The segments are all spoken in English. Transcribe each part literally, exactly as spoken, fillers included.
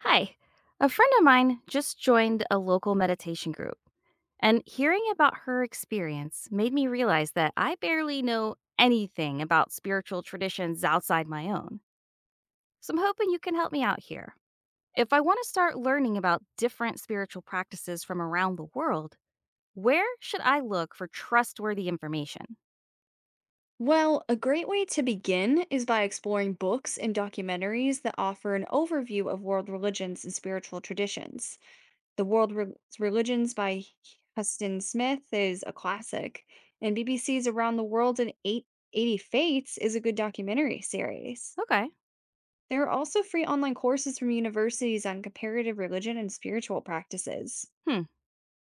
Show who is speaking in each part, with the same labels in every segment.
Speaker 1: Hi. A friend of mine just joined a local meditation group, and hearing about her experience made me realize that I barely know anything about spiritual traditions outside my own. So I'm hoping you can help me out here. If I want to start learning about different spiritual practices from around the world, where should I look for trustworthy information?
Speaker 2: Well, a great way to begin is by exploring books and documentaries that offer an overview of world religions and spiritual traditions. The World Re- Religions by Huston Smith is a classic, and B B C's Around the World in eight eighty Fates is a good documentary series.
Speaker 1: Okay.
Speaker 2: There are also free online courses from universities on comparative religion and spiritual practices.
Speaker 1: Hmm.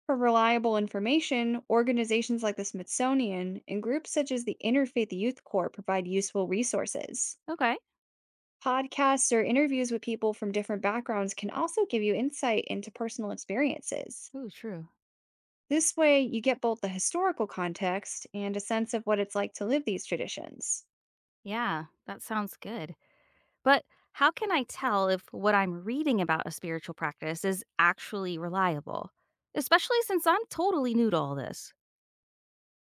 Speaker 2: For reliable information, organizations like the Smithsonian and groups such as the Interfaith Youth Corps provide useful resources.
Speaker 1: Okay.
Speaker 2: Podcasts or interviews with people from different backgrounds can also give you insight into personal experiences.
Speaker 1: Ooh, true.
Speaker 2: This way, you get both the historical context and a sense of what it's like to live these traditions.
Speaker 1: Yeah, that sounds good. But how can I tell if what I'm reading about a spiritual practice is actually reliable? Especially since I'm totally new to all this.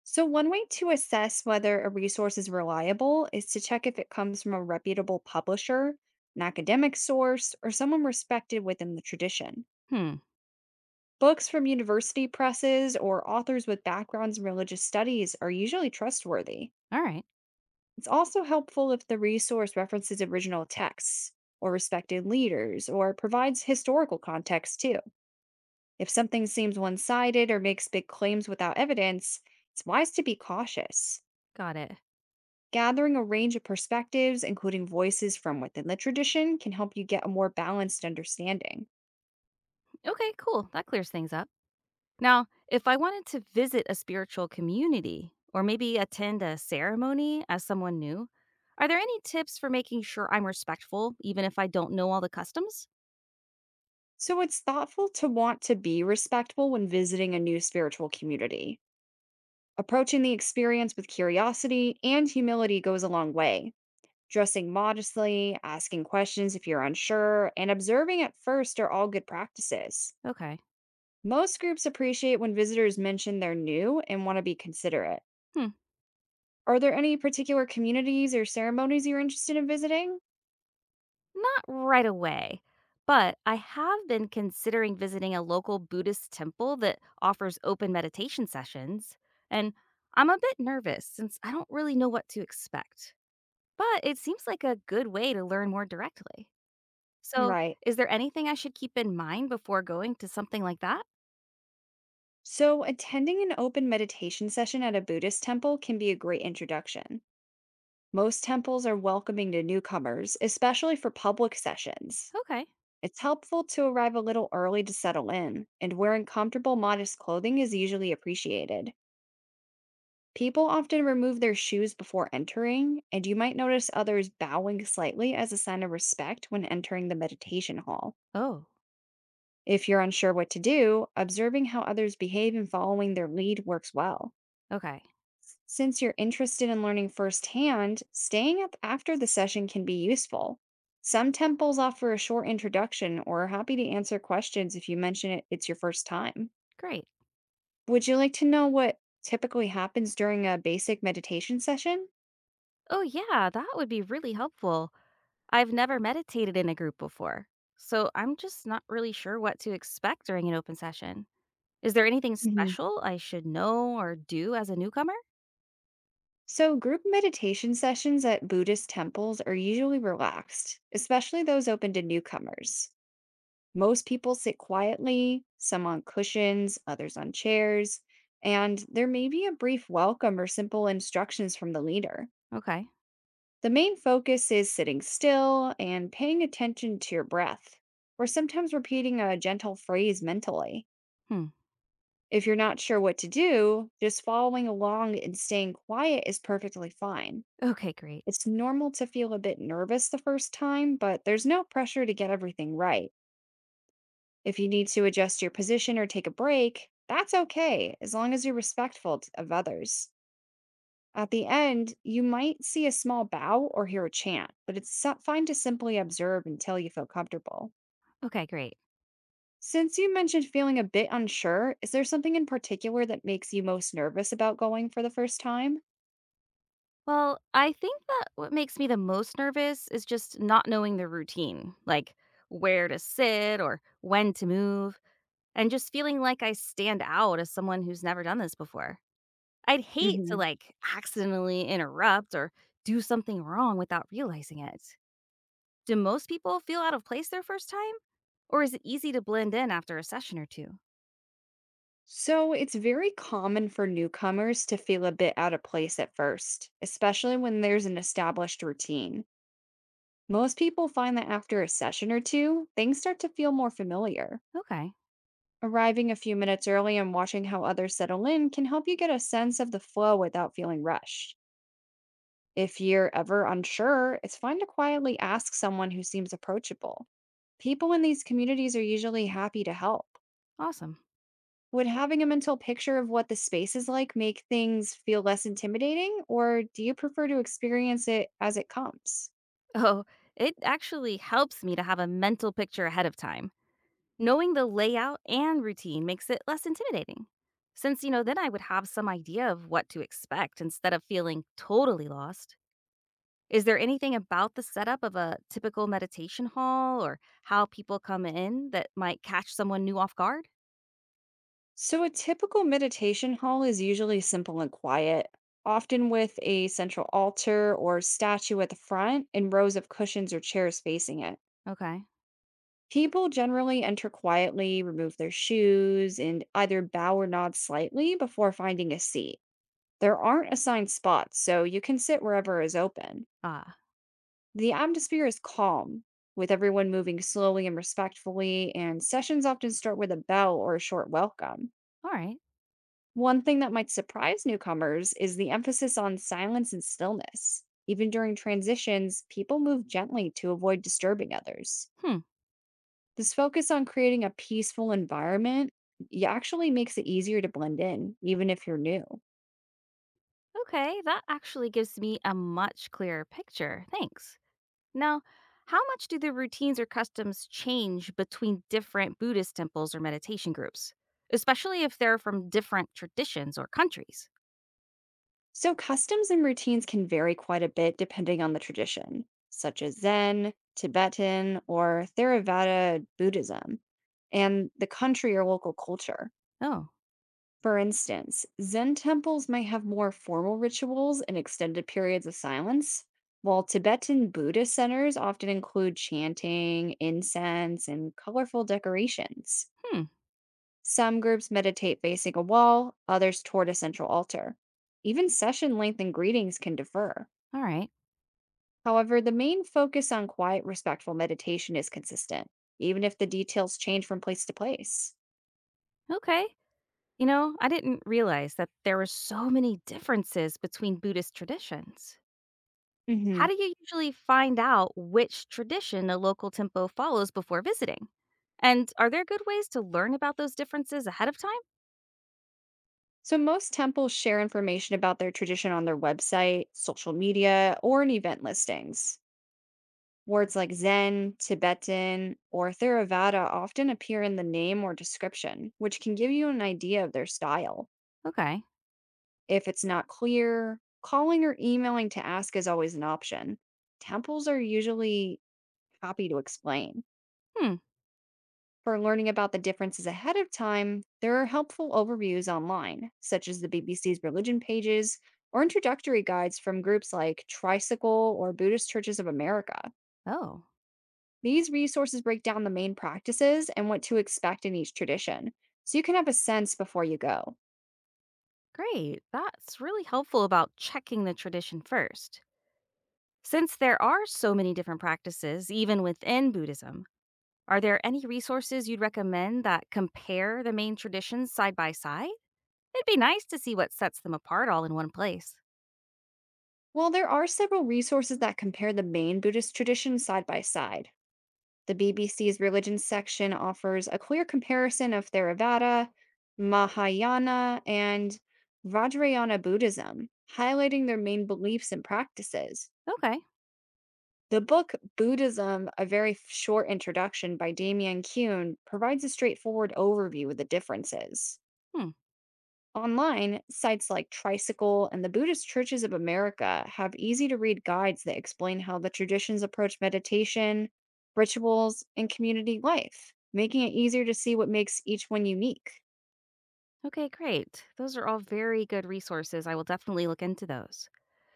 Speaker 2: So, one way to assess whether a resource is reliable is to check if it comes from a reputable publisher, an academic source, or someone respected within the tradition.
Speaker 1: Hmm.
Speaker 2: Books from university presses or authors with backgrounds in religious studies are usually trustworthy.
Speaker 1: All right.
Speaker 2: It's also helpful if the resource references original texts or respected leaders or provides historical context too. If something seems one sided or makes big claims without evidence, it's wise to be cautious.
Speaker 1: Got it.
Speaker 2: Gathering a range of perspectives, including voices from within the tradition, can help you get a more balanced understanding.
Speaker 1: Okay, cool. That clears things up. Now, if I wanted to visit a spiritual community or maybe attend a ceremony as someone new, are there any tips for making sure I'm respectful even if I don't know all the customs?
Speaker 2: So it's thoughtful to want to be respectful when visiting a new spiritual community. Approaching the experience with curiosity and humility goes a long way. Dressing modestly, asking questions if you're unsure, and observing at first are all good practices.
Speaker 1: Okay.
Speaker 2: Most groups appreciate when visitors mention they're new and want to be considerate.
Speaker 1: Hmm.
Speaker 2: Are there any particular communities or ceremonies you're interested in visiting?
Speaker 1: Not right away, but I have been considering visiting a local Buddhist temple that offers open meditation sessions. And I'm a bit nervous since I don't really know what to expect. But it seems like a good way to learn more directly. So,
Speaker 2: Right.
Speaker 1: is there anything I should keep in mind before going to something like that?
Speaker 2: So, attending an open meditation session at a Buddhist temple can be a great introduction. Most temples are welcoming to newcomers, especially for public sessions.
Speaker 1: Okay.
Speaker 2: It's helpful to arrive a little early to settle in, and wearing comfortable, modest clothing is usually appreciated. People often remove their shoes before entering, and you might notice others bowing slightly as a sign of respect when entering the meditation hall.
Speaker 1: Oh,
Speaker 2: If you're unsure what to do, observing how others behave and following their lead works well.
Speaker 1: okay.
Speaker 2: Since you're interested in learning firsthand, staying up after the session can be useful. Some temples offer a short introduction or are happy to answer questions if you mention it, it's your first time.
Speaker 1: Great.
Speaker 2: Would you like to know what typically happens during a basic meditation session?
Speaker 1: Oh, yeah, that would be really helpful. I've never meditated in a group before, so I'm just not really sure what to expect during an open session. Is there anything
Speaker 2: Mhm.
Speaker 1: special I should know or do as a newcomer?
Speaker 2: So, group meditation sessions at Buddhist temples are usually relaxed, especially those open to newcomers. Most people sit quietly, some on cushions, others on chairs, and there may be a brief welcome or simple instructions from the leader.
Speaker 1: Okay.
Speaker 2: The main focus is sitting still and paying attention to your breath, or sometimes repeating a gentle phrase mentally.
Speaker 1: Hmm.
Speaker 2: If you're not sure what to do, just following along and staying quiet is perfectly fine.
Speaker 1: Okay, great.
Speaker 2: It's normal to feel a bit nervous the first time, but there's no pressure to get everything right. If you need to adjust your position or take a break, that's okay, as long as you're respectful t- of others. At the end, you might see a small bow or hear a chant, but it's so- fine to simply observe until you feel comfortable.
Speaker 1: Okay, great.
Speaker 2: Since you mentioned feeling a bit unsure, is there something in particular that makes you most nervous about going for the first time?
Speaker 1: Well, I think that what makes me the most nervous is just not knowing the routine, like where to sit or when to move, and just feeling like I stand out as someone who's never done this before. I'd hate to
Speaker 2: Hmm.
Speaker 1: like accidentally interrupt or do something wrong without realizing it. Do most people feel out of place their first time? Or is it easy to blend in after a session or two?
Speaker 2: So, it's very common for newcomers to feel a bit out of place at first, especially when there's an established routine. Most people find that after a session or two, things start to feel more familiar.
Speaker 1: Okay.
Speaker 2: Arriving a few minutes early and watching how others settle in can help you get a sense of the flow without feeling rushed. If you're ever unsure, it's fine to quietly ask someone who seems approachable. People in these communities are usually happy to help.
Speaker 1: Awesome.
Speaker 2: Would having a mental picture of what the space is like make things feel less intimidating, or do you prefer to experience it as it comes?
Speaker 1: Oh, it actually helps me to have a mental picture ahead of time. Knowing the layout and routine makes it less intimidating. Since, you know, then I would have some idea of what to expect instead of feeling totally lost. Is there anything about the setup of a typical meditation hall or how people come in that might catch someone new off guard?
Speaker 2: So, a typical meditation hall is usually simple and quiet, often with a central altar or statue at the front and rows of cushions or chairs facing it.
Speaker 1: Okay.
Speaker 2: People generally enter quietly, remove their shoes, and either bow or nod slightly before finding a seat. There aren't assigned spots, so you can sit wherever is open.
Speaker 1: Ah,
Speaker 2: The atmosphere is calm, with everyone moving slowly and respectfully, and sessions often start with a bell or a short welcome.
Speaker 1: all right.
Speaker 2: One thing that might surprise newcomers is the emphasis on silence and stillness. Even during transitions, people move gently to avoid disturbing others.
Speaker 1: Hmm.
Speaker 2: This focus on creating a peaceful environment y- actually makes it easier to blend in, even if you're new.
Speaker 1: Okay, that actually gives me a much clearer picture. Thanks. Now, how much do the routines or customs change between different Buddhist temples or meditation groups, especially if they're from different traditions or countries?
Speaker 2: So, customs and routines can vary quite a bit depending on the tradition, such as Zen, Tibetan, or Theravada Buddhism, and the country or local culture.
Speaker 1: Oh,
Speaker 2: For instance, Zen temples may have more formal rituals and extended periods of silence, while Tibetan Buddhist centers often include chanting, incense, and colorful decorations.
Speaker 1: hmm.
Speaker 2: Some groups meditate facing a wall, others toward a central altar. Even session length and greetings can differ.
Speaker 1: All right.
Speaker 2: However, the main focus on quiet, respectful meditation is consistent, even if the details change from place to place.
Speaker 1: Okay. You know, I didn't realize that there were so many differences between Buddhist traditions. How
Speaker 2: Mhm.
Speaker 1: do you usually find out which tradition a local temple follows before visiting? And are there good ways to learn about those differences ahead of time?
Speaker 2: So, most temples share information about their tradition on their website, social media, or in event listings. Words like Zen, Tibetan, or Theravada often appear in the name or description, which can give you an idea of their style.
Speaker 1: Okay.
Speaker 2: If it's not clear, calling or emailing to ask is always an option. Temples are usually happy to explain.
Speaker 1: Hmm.
Speaker 2: For learning about the differences ahead of time, there are helpful overviews online, such as the B B C's religion pages or introductory guides from groups like Tricycle or Buddhist Churches of America.
Speaker 1: Oh.
Speaker 2: These resources break down the main practices and what to expect in each tradition, so you can have a sense before you go.
Speaker 1: Great. That's really helpful about checking the tradition first. Since there are so many different practices, even within Buddhism, are there any resources you'd recommend that compare the main traditions side by side? It'd be nice to see what sets them apart all in one place.
Speaker 2: While there are several resources that compare the main Buddhist traditions side by side, the B B C's religion section offers a clear comparison of Theravada, Mahayana, and Vajrayana Buddhism, highlighting their main beliefs and practices.
Speaker 1: Okay.
Speaker 2: The book Buddhism, a very f- short introduction by Damien Kuhn, provides a straightforward overview of the differences.
Speaker 1: Hmm.
Speaker 2: Online, sites like Tricycle and the Buddhist Churches of America have easy to read guides that explain how the traditions approach meditation, rituals, and community life, making it easier to see what makes each one unique.
Speaker 1: Okay, great. Those are all very good resources. I will definitely look into those.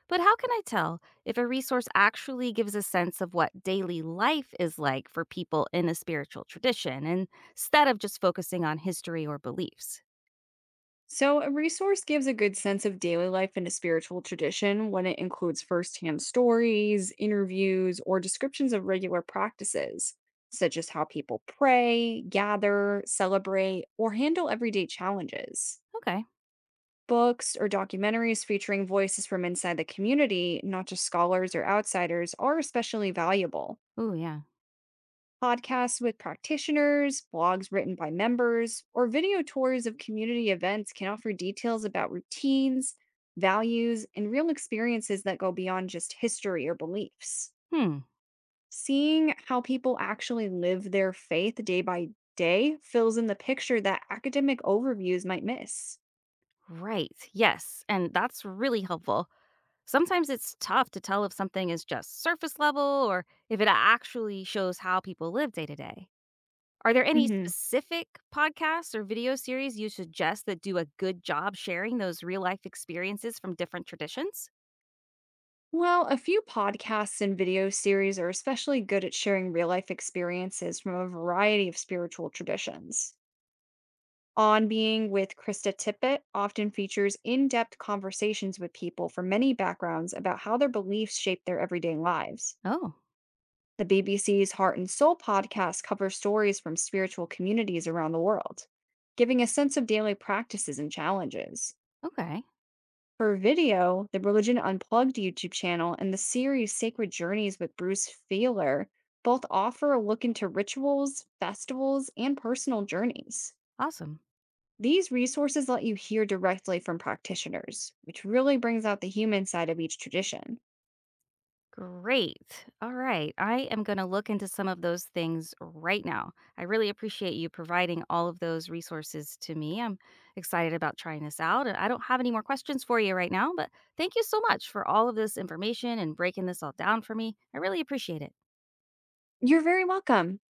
Speaker 1: But how can I tell if a resource actually gives a sense of what daily life is like for people in a spiritual tradition instead of just focusing on history or beliefs?
Speaker 2: So, a resource gives a good sense of daily life in a spiritual tradition when it includes firsthand stories, interviews, or descriptions of regular practices, such as how people pray, gather, celebrate, or handle everyday challenges.
Speaker 1: Okay.
Speaker 2: Books or documentaries featuring voices from inside the community, not just scholars or outsiders, are especially valuable.
Speaker 1: Oh, yeah.
Speaker 2: Podcasts with practitioners, blogs written by members, or video tours of community events can offer details about routines, values, and real experiences that go beyond just history or beliefs.
Speaker 1: Hmm.
Speaker 2: Seeing how people actually live their faith day by day fills in the picture that academic overviews might miss.
Speaker 1: Right. Yes. And that's really helpful. Sometimes it's tough to tell if something is just surface level or if it actually shows how people live day to day. Are there any
Speaker 2: Mhm.
Speaker 1: specific podcasts or video series you suggest that do a good job sharing those real life experiences from different traditions?
Speaker 2: Well, a few podcasts and video series are especially good at sharing real life experiences from a variety of spiritual traditions. On Being with Krista Tippett often features in depth conversations with people from many backgrounds about how their beliefs shape their everyday lives.
Speaker 1: Oh.
Speaker 2: The B B C's Heart and Soul podcast covers stories from spiritual communities around the world, giving a sense of daily practices and challenges.
Speaker 1: Okay.
Speaker 2: For video, the Religion Unplugged YouTube channel and the series Sacred Journeys with Bruce Feiler both offer a look into rituals, festivals, and personal journeys.
Speaker 1: Awesome.
Speaker 2: These resources let you hear directly from practitioners, which really brings out the human side of each tradition.
Speaker 1: Great. All right. I am going to look into some of those things right now. I really appreciate you providing all of those resources to me. I'm excited about trying this out. And I don't have any more questions for you right now, but thank you so much for all of this information and breaking this all down for me. I really appreciate it.
Speaker 2: You're very welcome.